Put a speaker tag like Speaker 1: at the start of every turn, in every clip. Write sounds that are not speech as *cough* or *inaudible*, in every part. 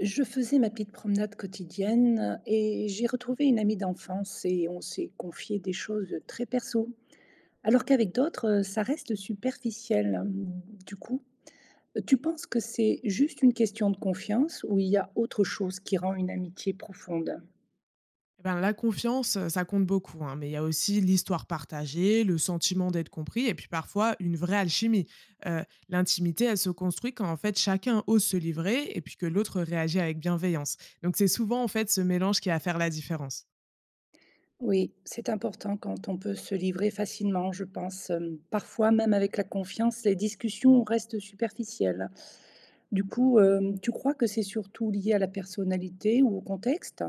Speaker 1: Je faisais ma petite promenade quotidienne et j'ai retrouvé une amie d'enfance et on s'est confié des choses très perso. Alors qu'avec d'autres, ça reste superficiel. Du coup, tu penses que c'est juste une question de confiance ou il y a autre chose qui rend une amitié profonde?
Speaker 2: Eh ben, la confiance, ça compte beaucoup, hein, mais il y a aussi l'histoire partagée, le sentiment d'être compris et puis parfois une vraie alchimie. Heu, L'intimité, elle se construit quand en fait chacun ose se livrer et puis que l'autre réagit avec bienveillance. Donc c'est souvent en fait ce mélange qui va faire la différence.
Speaker 1: Oui, c'est important quand on peut se livrer facilement, je pense. Parfois, même avec la confiance, les discussions restent superficielles. Du coup, tu crois que c'est surtout lié à la personnalité ou au contexte?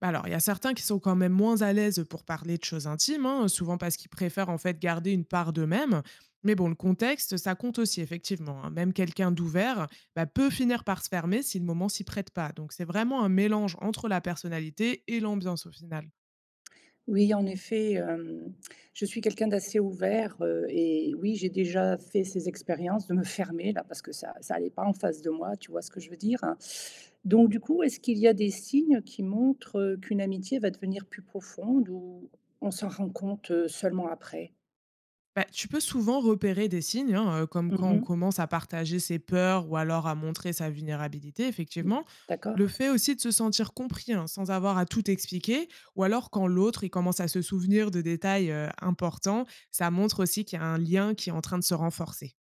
Speaker 2: Bah alors, il y a certains qui sont quand même moins à l'aise pour parler de choses intimes, hein, souvent parce qu'ils préfèrent en fait garder une part d'eux-mêmes. Mais bon, le contexte, ça compte aussi, effectivement, hein. Même quelqu'un d'ouvert bah, peut finir par se fermer si le moment s'y prête pas. Donc, c'est vraiment un mélange entre la personnalité et l'ambiance au final.
Speaker 1: Oui, en effet, je suis quelqu'un d'assez ouvert, et oui, j'ai déjà fait ces expériences de me fermer là, parce que ça allait pas en face de moi, tu vois ce que je veux dire? Hein. Donc du coup, est-ce qu'il y a des signes qui montrent, qu'une amitié va devenir plus profonde ou on s'en rend compte, seulement après?
Speaker 2: Bah, tu peux souvent repérer des signes, hein, comme quand on
Speaker 1: Mmh.
Speaker 2: commence à partager ses peurs ou alors à montrer sa vulnérabilité,
Speaker 1: Mmh.
Speaker 2: effectivement.
Speaker 1: D'accord.
Speaker 2: Le fait aussi de se sentir compris, hein, sans avoir à tout expliquer ou alors quand l'autre, il commence à se souvenir de détails, importants, ça montre aussi qu'il y a un lien qui est en train de se renforcer.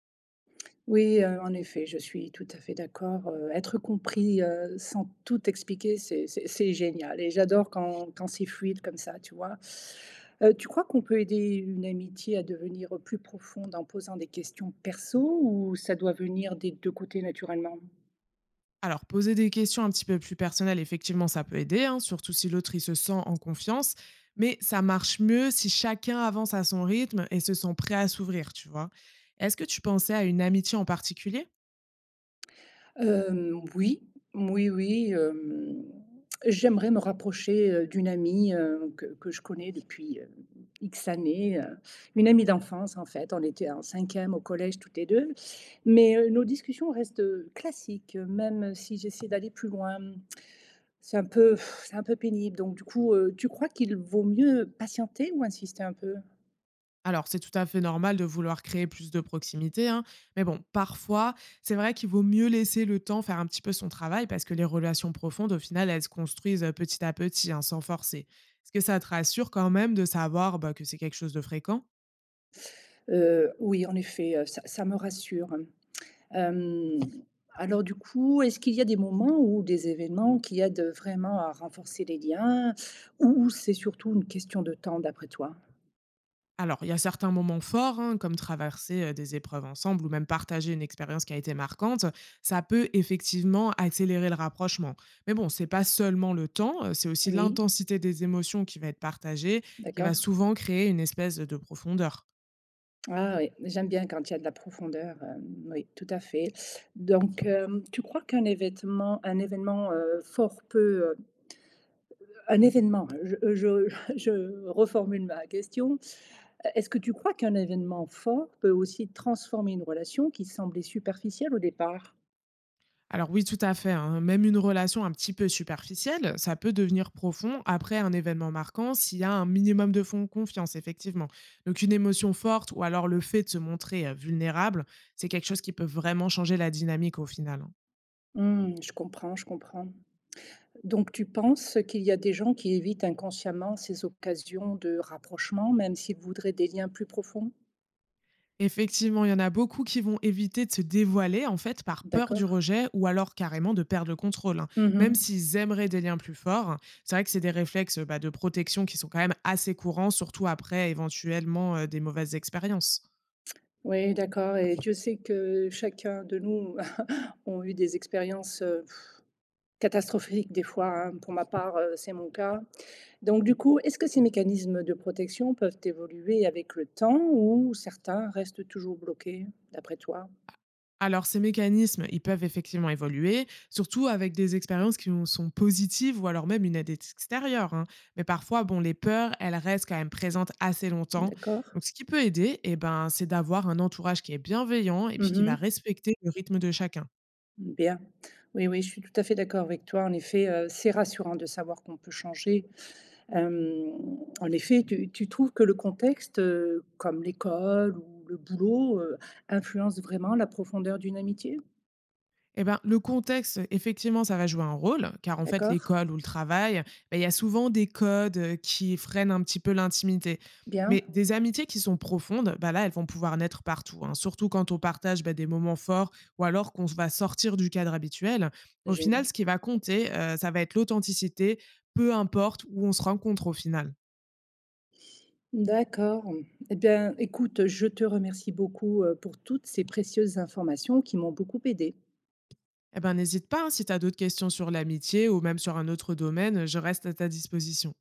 Speaker 1: Oui, en effet, je suis tout à fait d'accord, être compris, sans tout expliquer, c'est génial et j'adore quand c'est fluide comme ça, tu vois? Tu crois qu'on peut aider une amitié à devenir plus profonde en posant des questions perso ou ça doit venir des 2 côtés naturellement?
Speaker 2: Alors poser des questions un petit peu plus personnelles, effectivement, ça peut aider, hein, surtout si l'autre, il se sent en confiance, mais ça marche mieux si chacun avance à son rythme et se sent prêt à s'ouvrir, tu vois? Est-ce que tu pensais à une amitié en particulier?
Speaker 1: Oui, oui, oui, j'aimerais me rapprocher, d'une amie, que je connais depuis, X années, une amie d'enfance en fait. On était en cinquième au collège toutes les 2, mais nos discussions restent, classiques, même si j'essaie d'aller plus loin. C'est un peu pff, c'est un peu pénible donc du coup, tu crois qu'il vaut mieux patienter ou insister un peu?
Speaker 2: Alors, c'est tout à fait normal de vouloir créer plus de proximité, hein, mais bon, parfois, c'est vrai qu'il vaut mieux laisser le temps faire un petit peu son travail parce que les relations profondes, au final, elles se construisent petit à petit, hein, sans forcer. Est-ce que ça te rassure quand même de savoir bah, que c'est quelque chose de fréquent?
Speaker 1: Oui en effet, ça me rassure. Hem, alors du coup, est-ce qu'il y a des moments ou des événements qui aident vraiment à renforcer les liens ou c'est surtout une question de temps d'après toi?
Speaker 2: Alors, il y a certains moments forts, hein, comme traverser des épreuves ensemble ou même partager une expérience qui a été marquante, ça peut effectivement accélérer le rapprochement. Mais bon, c'est pas seulement le temps, c'est aussi
Speaker 1: Oui,
Speaker 2: l'intensité des émotions qui va être partagée, qui
Speaker 1: d'accord.
Speaker 2: va souvent créer une espèce de profondeur.
Speaker 1: Ah oui, j'aime bien quand il y a de la profondeur, oui, tout à fait. Donc, tu crois qu'un événement, fort peut, heu je *laughs* je reformule ma question. E Est-ce que tu crois qu'un événement fort peut aussi transformer une relation qui semblait superficielle au départ?
Speaker 2: Alors oui, tout à fait, hein. Même une relation un petit peu superficielle, ça peut devenir profond après un événement marquant s'il y a un minimum de fond confiance, effectivement. Donc une émotion forte ou alors le fait de se montrer vulnérable, c'est quelque chose qui peut vraiment changer la dynamique au final, hein.
Speaker 1: Mmh, je comprends, je comprends. Donc tu penses qu'il y a des gens qui évitent inconsciemment ces occasions de rapprochement, même s'ils voudraient des liens plus profonds?
Speaker 2: Effectivement, il y en a beaucoup qui vont éviter de se dévoiler en fait par peur du
Speaker 1: D'accord.
Speaker 2: rejet ou alors carrément de perdre le contrôle, hein. Même
Speaker 1: Mmh.
Speaker 2: s'ils aimeraient des liens plus forts, hein, c'est vrai que c'est des réflexes bah, de protection qui sont quand même assez courants, surtout après éventuellement des mauvaises expériences.
Speaker 1: Oui, d'accord et Dieu sait que chacun de nous *laughs* ont eu des expériences, catastrophiques des fois, hein. Pour ma part, c'est mon cas. Donc du coup, est-ce que ces mécanismes de protection peuvent évoluer avec le temps ou certains restent toujours bloqués, d'après toi?
Speaker 2: Alors, ces mécanismes, ils peuvent effectivement évoluer, surtout avec des expériences qui nous sont positives ou alors même une aide extérieure, hein. Mais parfois, bon, les peurs, elles restent quand même présentes assez longtemps.
Speaker 1: D'accord.
Speaker 2: Donc, ce qui peut aider, eh ben, c'est d'avoir un entourage qui est bienveillant et puis qui va
Speaker 1: Mmh.
Speaker 2: respecter le rythme de chacun.
Speaker 1: Bien. Oui, oui, je suis tout à fait d'accord avec toi. En effet, c'est rassurant de savoir qu'on peut changer. Hem, En effet, tu trouves que le contexte, comme l'école ou le boulot, influence vraiment la profondeur d'une amitié?
Speaker 2: Eh ben, le contexte, effectivement, ça va jouer un rôle, car en fait,
Speaker 1: D'accord.
Speaker 2: l'école ou le travail, ben, il y a souvent des codes qui freinent un petit peu l'intimité.
Speaker 1: Bien.
Speaker 2: Mais des amitiés qui sont profondes, ben là, elles vont pouvoir naître partout, hein, surtout quand on partage bah, des moments forts ou alors qu'on va sortir du cadre habituel. Au
Speaker 1: Génial.
Speaker 2: final, ce qui va compter, ça va être l'authenticité, peu importe où on se rencontre au final.
Speaker 1: D'accord. Eh bien, écoute, je te remercie beaucoup, pour toutes ces précieuses informations qui m'ont beaucoup aidée.
Speaker 2: Eh ben, n'hésite pas, hein, si tu as d'autres questions sur l'amitié ou même sur un autre domaine, je reste à ta disposition.